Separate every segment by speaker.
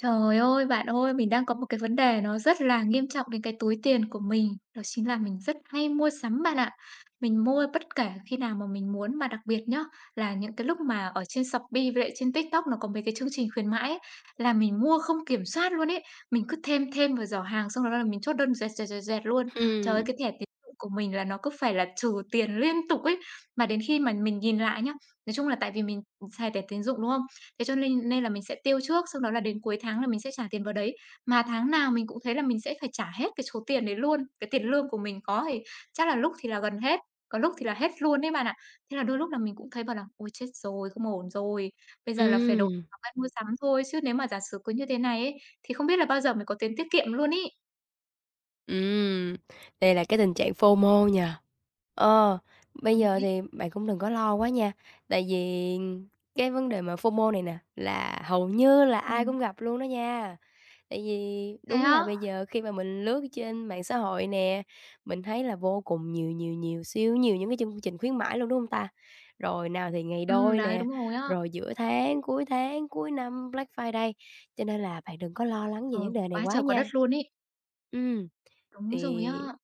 Speaker 1: Trời ơi, bạn ơi, mình đang có một cái vấn đề nó rất là nghiêm trọng đến cái túi tiền của mình, đó chính là mình rất hay mua sắm bạn ạ. Mình mua bất kể khi nào mà mình muốn mà đặc biệt nhá, là những cái lúc mà ở trên Shopee với lại trên TikTok nó có mấy cái chương trình khuyến mãi ấy, là mình mua không kiểm soát luôn ấy. Mình cứ thêm thêm vào giỏ hàng xong đó là mình chốt đơn dẹt, dẹt, dẹt, dẹt luôn. Trời ơi,
Speaker 2: Ừm,
Speaker 1: cái thẻ tín dụng của mình là nó cứ phải là trừ tiền liên tục ấy. Mà đến khi mà mình nhìn lại nhá, nói chung là tại vì mình xài thẻ tín dụng, đúng không? Thế cho nên nên là mình sẽ tiêu trước, xong đó là đến cuối tháng là mình sẽ trả tiền vào đấy. Mà tháng nào mình cũng thấy là mình sẽ phải trả hết cái số tiền đấy luôn, cái tiền lương của mình có thì chắc là lúc thì là gần hết, có lúc thì là hết luôn đấy bạn ạ. Thế là đôi lúc là mình cũng thấy bảo là "Ôi, chết rồi, không ổn rồi, bây giờ là phải đổi
Speaker 2: ừm,
Speaker 1: thói quen mua sắm thôi, chứ nếu mà giả sử cứ như thế này ấy, thì không biết là bao giờ mới có tiền tiết kiệm luôn ý."
Speaker 2: ừm, đây là cái tình trạng FOMO nha. Ờ, Bây
Speaker 1: Ừ,
Speaker 2: giờ
Speaker 1: đấy.
Speaker 2: thì bạn cũng đừng có lo quá nha, tại vì cái vấn đề mà FOMO này nè là hầu như là ai
Speaker 1: Ừm.
Speaker 2: cũng gặp luôn đó nha. Tại vì
Speaker 1: Thế
Speaker 2: đúng là
Speaker 1: á?
Speaker 2: bây giờ khi mà mình lướt trên mạng xã hội nè, mình thấy là vô cùng nhiều, siêu nhiều những cái chương trình khuyến mãi luôn, đúng hông ta? Rồi nào thì ngày đôi
Speaker 1: Đấy,
Speaker 2: nè,
Speaker 1: đúng rồi á.
Speaker 2: rồi giữa tháng, cuối năm, Black Friday, cho nên là bạn đừng có lo lắng về
Speaker 1: Ừ,
Speaker 2: vấn đề này
Speaker 1: quá
Speaker 2: quá
Speaker 1: trời quá đất
Speaker 2: nha.
Speaker 1: luôn ý.
Speaker 2: Ừm, thì
Speaker 1: Đúng rồi á.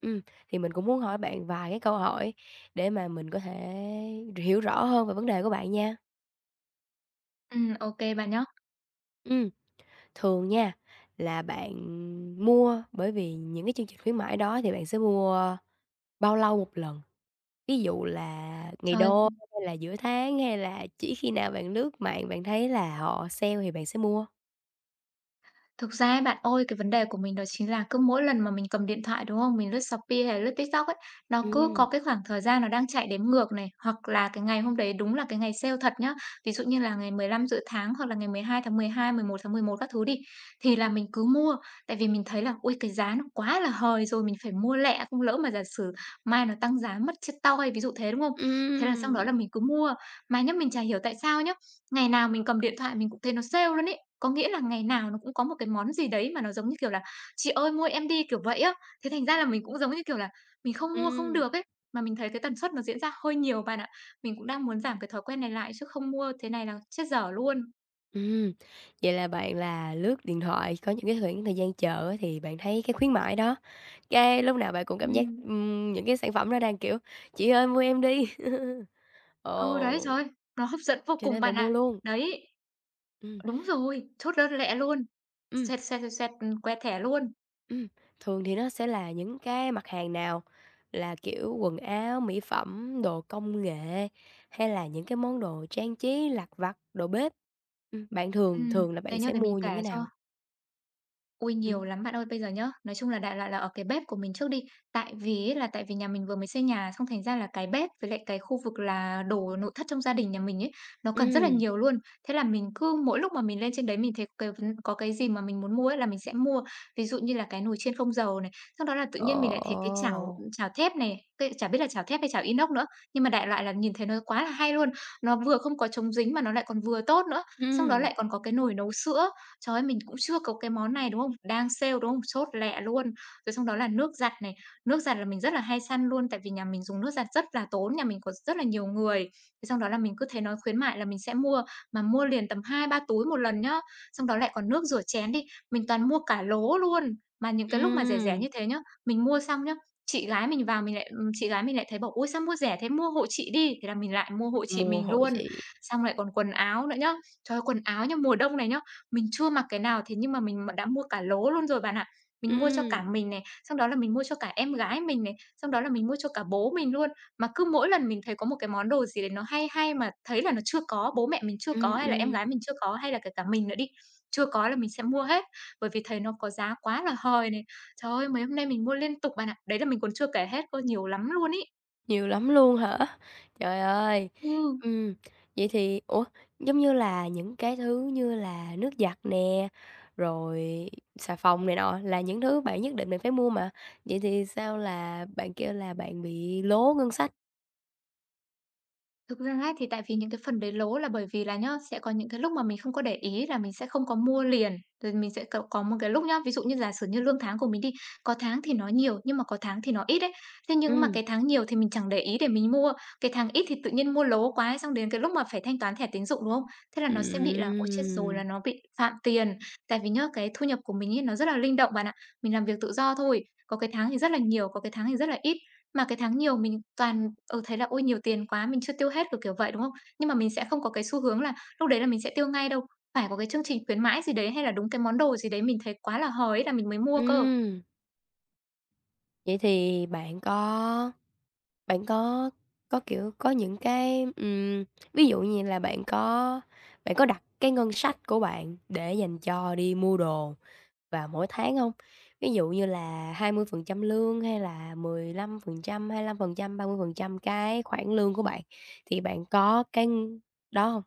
Speaker 2: ừm, thì mình cũng muốn hỏi bạn vài cái câu hỏi để mà mình có thể hiểu rõ hơn về vấn đề của bạn nha.
Speaker 1: Ok kê bạn nhá.
Speaker 2: Ừm. Thường nha, là bạn mua bởi vì những cái chương trình khuyến mãi đó thì bạn sẽ mua bao lâu một lần? Ví dụ là ngày
Speaker 1: Trời!
Speaker 2: đôi hay là giữa tháng, hay là chỉ khi nào bạn lướt mạng bạn thấy là họ sale thì bạn sẽ mua?
Speaker 1: Thực ra ấy bạn ơi, cái vấn đề của mình đó chính là cứ mỗi lần mà mình cầm điện thoại, đúng không? Mình lướt Shopee hay là lướt TikTok ấy, nó cứ
Speaker 2: Ừm,
Speaker 1: có cái khoảng thời gian nó đang chạy đếm ngược này, hoặc là cái ngày hôm đấy đúng là cái ngày sale thật nhá. Ví dụ như là ngày 15 giữa tháng hoặc là ngày 12 tháng 12, 11 tháng 11 các thứ đi, thì là mình cứ mua. Tại vì mình thấy là ôi cái giá nó quá là hời rồi, mình phải mua lẹ, không lỡ mà giả sử mai nó tăng giá mất chết toi, ví dụ thế, đúng không? Thế là xong
Speaker 2: ừm,
Speaker 1: đó là mình cứ mua. Mà nhá, mình chả hiểu tại sao nhá, ngày nào mình cầm điện thoại mình cũng thấy nó sale luôn ấy. Có nghĩa là ngày nào nó cũng có một cái món gì đấy mà nó giống như kiểu là "Chị ơi, mua em đi!" kiểu vậy á. Thế thành ra là mình cũng giống như kiểu là mình không mua không
Speaker 2: ừm,
Speaker 1: được ấy, mà mình thấy cái tần suất nó diễn ra hơi nhiều bạn ạ. Mình cũng đang muốn giảm cái thói quen này lại chứ không mua thế này là chết dở luôn.
Speaker 2: ừm. Vậy là bạn là lướt điện thoại, có những cái khoảng thời gian chờ á thì bạn thấy cái khuyến mãi đó, cái lúc nào bạn cũng cảm giác,
Speaker 1: Ừm.
Speaker 2: những cái sản phẩm nó đang, kiểu: "Chị ơi, mua em đi!"
Speaker 1: Ừ, đấy,
Speaker 2: Ồ,
Speaker 1: trời ơi, nó hấp dẫn vô
Speaker 2: cho
Speaker 1: cùng
Speaker 2: nên
Speaker 1: bạn
Speaker 2: bạn mua
Speaker 1: ạ.
Speaker 2: luôn.
Speaker 1: Đấy,
Speaker 2: Ừm.
Speaker 1: đúng rồi, chốt đơn lẹ luôn.
Speaker 2: Ừm,
Speaker 1: Xoẹt, xoẹt, xoẹt, xoẹt, que thẻ luôn.
Speaker 2: ừm, thường thì nó sẽ là những cái mặt hàng nào? Là, kiểu, quần áo, mỹ phẩm, đồ công nghệ hay là những cái món đồ trang trí lặt vặt, đồ bếp? Bạn thường
Speaker 1: Ừm,
Speaker 2: thường là bạn
Speaker 1: đấy, nhớ
Speaker 2: sẽ
Speaker 1: để mình
Speaker 2: mua những cái
Speaker 1: kể cho.
Speaker 2: nào?
Speaker 1: Ôi,
Speaker 2: Ừm,
Speaker 1: nhiều lắm bạn ơi. Bây giờ nhá, nói chung là đại loại là ở cái bếp của mình trước đi. Tại vì ấy là tại vì nhà mình vừa mới xây nhà, xong thành ra là cái bếp với lại cái khu vực là đồ nội thất trong gia đình nhà mình ấy, nó cần rất là
Speaker 2: ừm,
Speaker 1: nhiều luôn. Thế là mình cứ mỗi lúc mà mình lên trên đấy mình thấy cái có cái gì mà mình muốn mua ấy là mình sẽ mua. Ví dụ như là cái nồi chiên không dầu này, sau đó là tự nhiên mình lại thấy cái
Speaker 2: ồ!
Speaker 1: chảo chảo thép này, cái chả biết là chảo thép hay chảo inox nữa, nhưng mà đại loại là nhìn thấy nó quá là hay luôn. Nó vừa không có chống dính mà nó lại còn vừa tốt nữa. Xong đó
Speaker 2: Ừm,
Speaker 1: lại còn có cái nồi nấu sữa. Trời ơi, mình cũng chưa có cái món này, đúng không? Đang sale, đúng không? Chốt lẹ luôn. Rồi xong đó là nước giặt này, nước giặt là mình rất là hay săn luôn, tại vì nhà mình dùng nước giặt rất là tốn, nhà mình có rất là nhiều người. Thế xong đó là mình cứ thấy nó khuyến mại là mình sẽ mua, mà mua liền tầm 2 3 túi một lần nhá. Xong đó lại còn nước rửa chén đi, mình toàn mua cả lố luôn. Mà những cái lúc mà rẻ rẻ
Speaker 2: ừm,
Speaker 1: như thế nhá, mình mua xong nhá, chị gái mình vào mình lại chị gái mình lại thấy bảo: "Ôi, sao mua rẻ thế, mua hộ chị đi." Thế là mình lại mua hộ chị
Speaker 2: mua
Speaker 1: mình
Speaker 2: hội
Speaker 1: luôn.
Speaker 2: chị,
Speaker 1: Xong lại còn quần áo nữa nhá. Trời ơi, quần áo nhá, mùa đông này nhá, mình chưa mặc cái nào, thế nhưng mà mình đã mua cả lố luôn rồi bạn ạ. Mình mua cho cả
Speaker 2: ừm,
Speaker 1: mình này, xong đó là mình mua cho cả em gái mình này, xong đó là mình mua cho cả bố mình luôn. Mà cứ mỗi lần mình thấy có một cái món đồ gì đấy nó hay hay mà thấy là nó chưa có, bố mẹ mình chưa
Speaker 2: ừm,
Speaker 1: có hay là em
Speaker 2: ừm.
Speaker 1: gái mình chưa có, hay là kể cả mình nữa đi, chưa có là mình sẽ mua hết, bởi vì thấy nó có giá quá là hời này. Trời ơi, mấy hôm nay mình mua liên tục bạn ạ. Đấy là mình còn chưa kể hết cơ, nhiều lắm luôn ý.
Speaker 2: Nhiều lắm luôn hả? Trời ơi!
Speaker 1: Ừ.
Speaker 2: Ừm, vậy thì ủa, giống như là những cái thứ như là nước giặt nè, rồi xà phòng này nọ là những thứ bạn nhất định mình phải mua mà, vậy thì sao là bạn kêu là bạn bị lố ngân sách?
Speaker 1: Thực ra ấy, thì tại vì những cái phần đấy lố là bởi vì là nhá, sẽ có những cái lúc mà mình không có để ý là mình sẽ không có mua liền. Rồi mình sẽ có một cái lúc nhá, ví dụ như giả sử như lương tháng của mình đi, có tháng thì nó nhiều nhưng mà có tháng thì nó ít ấy. Thế nhưng mà
Speaker 2: Ừm.
Speaker 1: cái tháng nhiều thì mình chẳng để ý để mình mua, cái tháng ít thì tự nhiên mua lố quá ấy, xong đến cái lúc mà phải thanh toán thẻ tín dụng, đúng không? Thế là nó sẽ bị là ôi chết rồi là
Speaker 2: Ừm.
Speaker 1: nó bị phạm tiền. Tại vì nhá, cái thu nhập của mình ấy nó rất là linh động bạn ạ. Mình làm việc tự do thôi, có cái tháng thì rất là nhiều, có cái tháng thì rất là ít. Mà cái tháng nhiều mình toàn, thấy là "Ôi, nhiều tiền quá, mình chưa tiêu hết", kiểu, kiểu vậy, đúng không? Nhưng mà mình sẽ không có cái xu hướng là lúc đấy là mình sẽ tiêu ngay đâu, phải có cái chương trình khuyến mãi gì đấy hay là đúng cái món đồ gì đấy mình thấy quá là hời ấy là mình mới mua cơ.
Speaker 2: Ừm, vậy thì bạn có những cái, ví dụ như là bạn có đặt cái ngân sách của bạn để dành cho đi mua đồ vào mỗi tháng không? Ví dụ như là 20% lương hay là mười lăm lăm phần phần trăm trăm hai lăm phần trăm, ba mươi phần trăm cái khoản lương của bạn, thì bạn có cái đó hông?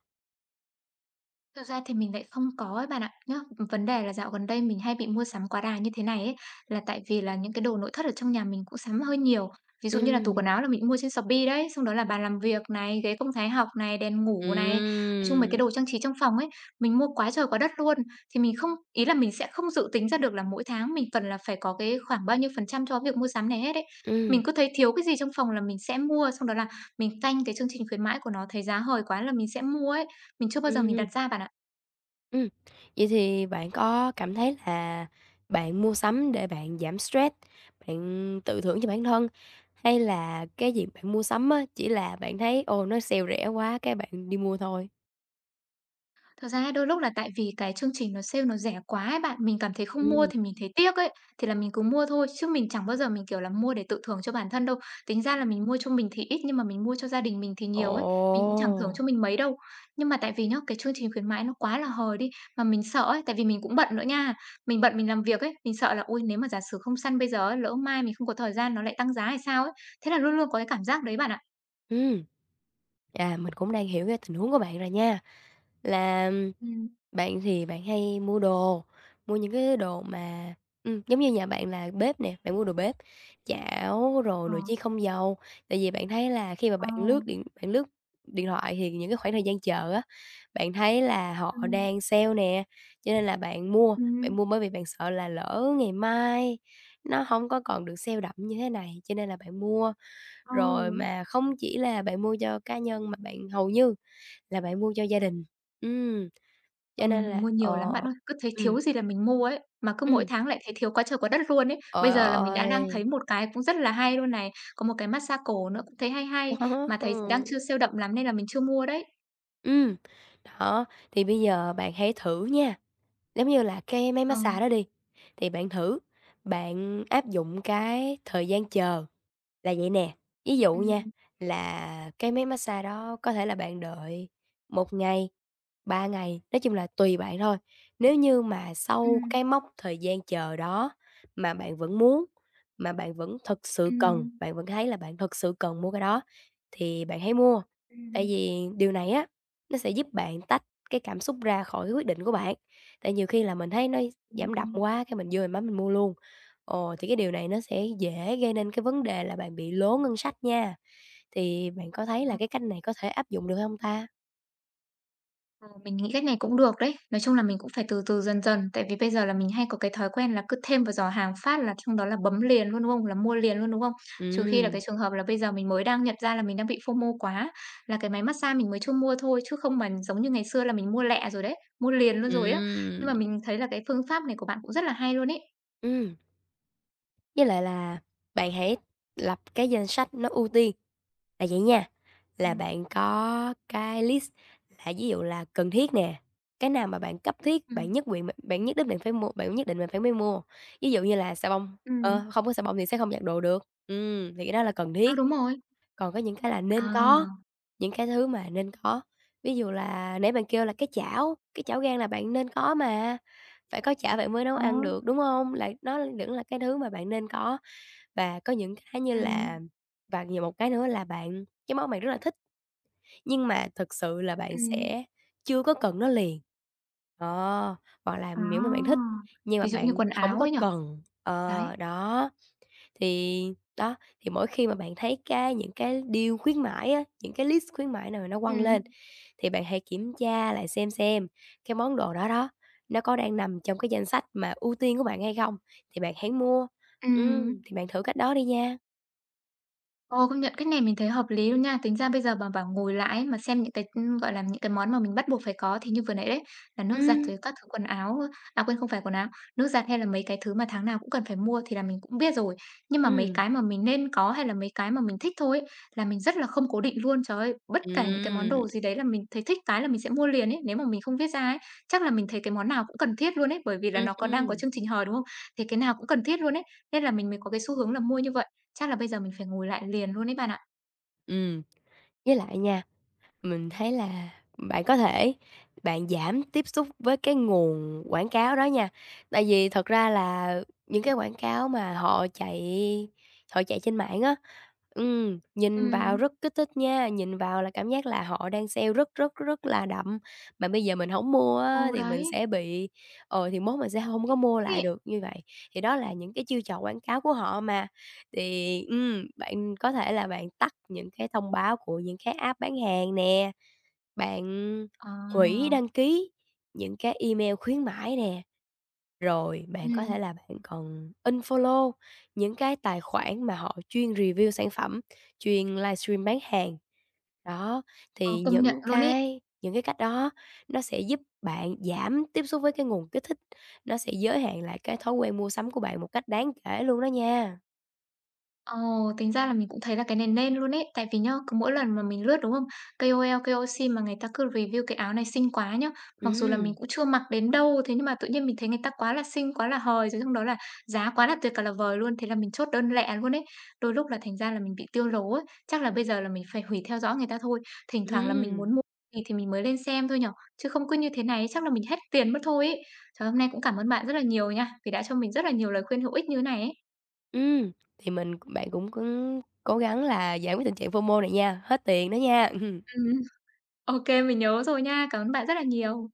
Speaker 1: Thực ra thì mình lại không có ấy bạn ạ. Nhá, vấn đề là dạo gần đây mình hay bị mua sắm quá đà như thế này ấy, là tại vì là những cái đồ nội thất ở trong nhà mình cũng sắm hơi nhiều. Ví dụ như là tủ
Speaker 2: Ừm.
Speaker 1: quần áo là mình mua trên Shopee đấy, xong đó là bàn làm việc này, ghế công thái học này, đèn ngủ này, nói chung mấy
Speaker 2: Ừm.
Speaker 1: cái đồ trang trí trong phòng ấy, mình mua quá trời quá đất luôn. Thì mình không ý là mình sẽ không dự tính ra được là mỗi tháng mình cần là phải có cái khoảng bao nhiêu phần trăm cho việc mua sắm này hết ấy.
Speaker 2: Ừm,
Speaker 1: Mình cứ thấy thiếu cái gì trong phòng là mình sẽ mua, xong đó là mình canh cái chương trình khuyến mãi của nó thấy giá hời quá là mình sẽ mua ấy. Mình chưa bao giờ mình
Speaker 2: ừm,
Speaker 1: đặt ra bạn ạ.
Speaker 2: ừm. Vậy thì bạn có cảm thấy là bạn mua sắm để bạn giảm stress, bạn tự thưởng cho bản thân, hay là cái việc bạn mua sắm á, chỉ là bạn thấy, ồ, nó sale rẻ quá cái bạn đi mua thôi?
Speaker 1: Thật ra đôi lúc là tại vì cái chương trình nó sale nó rẻ quá ấy bạn, mình cảm thấy không mua
Speaker 2: Ừm.
Speaker 1: thì mình thấy tiếc ấy, thì là mình cứ mua thôi, chứ mình chẳng bao giờ mình, kiểu là, mua để tự thưởng cho bản thân đâu. Tính ra là mình mua cho mình thì ít nhưng mà mình mua cho gia đình mình thì
Speaker 2: Ồ!
Speaker 1: nhiều ấy, mình cũng chẳng thưởng cho mình mấy đâu. Nhưng mà tại vì nhá, cái chương trình khuyến mãi nó quá là hời đi, mà mình sợ ấy, tại vì mình cũng bận nữa nha, mình bận mình làm việc ấy, mình sợ là "Ôi, nếu mà giả sử không săn bây giờ ấy, lỡ mai mình không có thời gian nó lại tăng giá hay sao ấy?" Thế là luôn luôn có cái cảm giác đấy bạn ạ.
Speaker 2: Ừm. À, mình cũng đang hiểu cái tình huống của bạn rồi nha, là
Speaker 1: Ừm.
Speaker 2: bạn thì bạn hay mua đồ, mua những cái đồ mà giống như nhà bạn là bếp nè, bạn mua đồ bếp, chảo rồi
Speaker 1: Ờ.
Speaker 2: nồi chiên không dầu, tại vì bạn thấy là khi mà
Speaker 1: Ờ.
Speaker 2: bạn lướt điện thoại thì những cái khoảng thời gian chờ á, bạn thấy là họ
Speaker 1: Ừm,
Speaker 2: đang sale nè, cho nên là bạn
Speaker 1: ừm.
Speaker 2: mua bởi vì bạn sợ là lỡ ngày mai nó không có còn được sale đậm như thế này, cho nên là bạn mua. Rồi
Speaker 1: Ừ.
Speaker 2: mà không chỉ là bạn mua cho cá nhân mà bạn hầu như là bạn mua cho gia đình. Ừm,
Speaker 1: Ừ,
Speaker 2: cho nên
Speaker 1: mình
Speaker 2: là
Speaker 1: mua nhiều lắm
Speaker 2: ờ,
Speaker 1: bạn ơi, cứ thấy
Speaker 2: ừm,
Speaker 1: thiếu gì là mình mua ấy, mà cứ mỗi
Speaker 2: ừm,
Speaker 1: tháng lại thấy thiếu quá trời quá đất luôn ấy. Bây
Speaker 2: ồi
Speaker 1: giờ là mình đã
Speaker 2: ôi!
Speaker 1: đang thấy một cái cũng rất là hay luôn này, có một cái massage cổ nữa cũng thấy hay hay,
Speaker 2: Đó,
Speaker 1: mà thấy đang
Speaker 2: ừ,
Speaker 1: chưa sale đậm lắm nên là mình chưa mua đấy.
Speaker 2: ừm, đó, thì bây giờ bạn hãy thử nha, giống như là cái máy
Speaker 1: Ờ.
Speaker 2: massage đó đi, thì bạn thử, bạn áp dụng cái thời gian chờ là vậy nè. Ví dụ nha,
Speaker 1: Ừm.
Speaker 2: là cái máy massage đó có thể là bạn đợi một ngày 3 ngày, nói chung là tùy bạn thôi. Nếu như mà sau
Speaker 1: Ừm,
Speaker 2: cái mốc thời gian chờ đó mà bạn vẫn muốn, mà bạn vẫn thực sự cần,
Speaker 1: ừm,
Speaker 2: bạn vẫn thấy là bạn thực sự cần mua cái đó thì bạn hãy mua. Tại
Speaker 1: ừm,
Speaker 2: vì điều này á, nó sẽ giúp bạn tách cái cảm xúc ra khỏi cái quyết định của bạn. Tại nhiều khi là mình thấy nó
Speaker 1: đúng
Speaker 2: giảm
Speaker 1: rồi.
Speaker 2: đậm quá, cái mình vô mình mua luôn. Ồ, thì cái điều này nó sẽ dễ gây nên cái vấn đề là bạn bị lố ngân sách nha. Thì bạn có thấy là cái cách này có thể áp dụng được không ta?
Speaker 1: Ờ, mình nghĩ cách này cũng được đấy. Nói chung là mình cũng phải từ từ dần dần, tại vì bây giờ là mình hay có cái thói quen là cứ thêm vào giỏ hàng phát là trong đó là bấm liền luôn, đúng không? Là mua liền luôn, đúng không? Trừ khi là
Speaker 2: Ừm.
Speaker 1: cái trường hợp là bây giờ mình mới đang nhận ra là mình đang bị FOMO quá, là cái máy mát-xa mình mới chưa mua thôi, chứ không mà giống như ngày xưa là mình mua lẹ rồi đấy, mua liền luôn rồi á. Nhưng
Speaker 2: Ừm.
Speaker 1: mà mình thấy là cái phương pháp này của bạn cũng rất là hay luôn ấy.
Speaker 2: Ừm, với lại là bạn hãy lập cái danh sách nó ưu tiên, là vậy nha, là
Speaker 1: Ừm,
Speaker 2: bạn có cái list là ví dụ là cần thiết nè, cái nào mà bạn cấp thiết,
Speaker 1: ừm,
Speaker 2: bạn nhất quyện bạn bạn nhất định bạn phải mua bạn nhất định bạn phải mới mua. Ví dụ như là xà bông, ờ,
Speaker 1: ừm.
Speaker 2: không có xà bông thì sẽ không giặt đồ được, thì cái đó là cần
Speaker 1: À,
Speaker 2: thiết.
Speaker 1: đúng rồi.
Speaker 2: Còn có những cái là nên có,
Speaker 1: À,
Speaker 2: những cái thứ mà nên có. Ví dụ là nãy bạn kêu là cái chảo gang là bạn nên có mà, phải có chảo bạn mới nấu
Speaker 1: ờ,
Speaker 2: ăn được, đúng hông? Là nó vẫn là cái thứ mà bạn nên có. Và có những cái như
Speaker 1: ừm,
Speaker 2: là và nhiều một cái nữa là bạn cái món bạn rất là thích, nhưng mà thực sự là bạn
Speaker 1: ừm.
Speaker 2: sẽ chưa có cần nó liền. Ờ, hoặc là
Speaker 1: À,
Speaker 2: miễn mà bạn thích, nhưng mà
Speaker 1: ví dụ như
Speaker 2: bạn
Speaker 1: quần
Speaker 2: hổng
Speaker 1: áo
Speaker 2: có
Speaker 1: ấy nhở.
Speaker 2: cần.
Speaker 1: Đấy,
Speaker 2: Ờ, đó. Thì đó, thì mỗi khi mà bạn thấy cái những cái deal khuyến mãi á, những cái list khuyến mãi nào nó quăng
Speaker 1: ừm,
Speaker 2: lên, thì bạn hãy kiểm tra lại xem cái món đồ đó đó, nó có đang nằm trong cái danh sách mà ưu tiên của bạn hay không, thì bạn hãy mua.
Speaker 1: ừm.
Speaker 2: Thì bạn thử cách đó đi nha.
Speaker 1: Ồ, công nhận cách này mình thấy hợp lý luôn nha. Tính ra bây giờ mà bảo ngồi lại ấy, mà xem những cái, gọi là, những cái món mà mình bắt buộc phải có thì như vừa nãy đấy, là nước giặt
Speaker 2: Ừm,
Speaker 1: rồi các thứ quần áo, à, quên không phải quần áo, nước giặt hay là mấy cái thứ mà tháng nào cũng cần phải mua thì là mình cũng biết rồi. Nhưng mà mấy
Speaker 2: ừm.
Speaker 1: cái mà mình nên có hay là mấy cái mà mình thích thôi ấy, là mình rất là không cố định luôn. Trời ơi, bất kể những cái món
Speaker 2: Ừm,
Speaker 1: đồ gì đấy là mình thấy thích cái là mình sẽ mua liền ấy. Nếu mà mình không viết ra ấy, chắc là mình thấy cái món nào cũng cần thiết luôn ấy, bởi vì là nó có đang có
Speaker 2: ừm,
Speaker 1: chương trình hời, đúng không? Thì cái nào cũng cần thiết luôn ấy, nên là mình mới có cái xu hướng là mua như vậy. Chắc là bây giờ mình phải ngồi lại liền luôn ấy bạn ạ.
Speaker 2: Với lại nha, mình thấy là bạn có thể bạn giảm tiếp xúc với cái nguồn quảng cáo đó nha. Tại vì thật ra là những cái quảng cáo mà họ chạy trên mạng á, nhìn vào
Speaker 1: Ừm.
Speaker 2: rất kích thích nha, nhìn vào là cảm giác là họ đang sale rất là đậm, mà bây giờ mình không mua á
Speaker 1: Ừ,
Speaker 2: thì mình
Speaker 1: đấy.
Speaker 2: sẽ bị ờ, thì mốt mình sẽ không có mua lại
Speaker 1: Thế
Speaker 2: được như vậy. Thì đó là những cái chiêu trò quảng cáo của họ mà, thì, bạn có thể là bạn tắt những cái thông báo của những cái app bán hàng nè. Bạn
Speaker 1: ờ,
Speaker 2: hủy đăng ký những cái email khuyến mãi nè, rồi bạn có
Speaker 1: ừm,
Speaker 2: thể là bạn còn unfollow những cái tài khoản mà họ chuyên review sản phẩm, chuyên livestream bán hàng. Đó,
Speaker 1: ờ,
Speaker 2: thì
Speaker 1: công nhận
Speaker 2: những
Speaker 1: luôn ấy.
Speaker 2: cái những cái cách đó nó sẽ giúp bạn giảm tiếp xúc với cái nguồn kích thích, nó sẽ giới hạn lại cái thói quen mua sắm của bạn một cách đáng kể luôn đó nha.
Speaker 1: Ồ, tính ra là mình cũng thấy là cái này nên luôn ấy. Tại vì nhá, cứ mỗi lần mà mình lướt, đúng không? KOL, KOC mà người ta cứ review cái áo này xinh quá nhá. Mặc dù là mình
Speaker 2: Ừm,
Speaker 1: cũng chưa mặc đến đâu, thế nhưng mà tự nhiên mình thấy người ta quá là xinh, quá là hời, rồi trong đó là giá quá là tuyệt cả là vời luôn. Thế là mình chốt đơn lẻ luôn ấy. Đôi lúc là thành ra là mình bị tiêu lố ấy. Chắc là bây giờ là mình phải hủy theo dõi người ta thôi. Thỉnh thoảng là mình
Speaker 2: ừm.
Speaker 1: muốn mua gì thì mình mới lên xem thôi nhở. Chứ không cứ như thế này chắc là mình hết tiền mất thôi ấy. Trời, hôm nay cũng cảm ơn bạn rất là nhiều nha, vì đã cho mình rất là nhiều lời khuyên hữu ích như thế này ấy.
Speaker 2: Ừ thì mình bạn cũng cũng cố gắng là giải quyết tình trạng FOMO này nha, hết tiền đó nha.
Speaker 1: Ừm. OK mình nhớ rồi nha. Cảm ơn bạn rất là nhiều.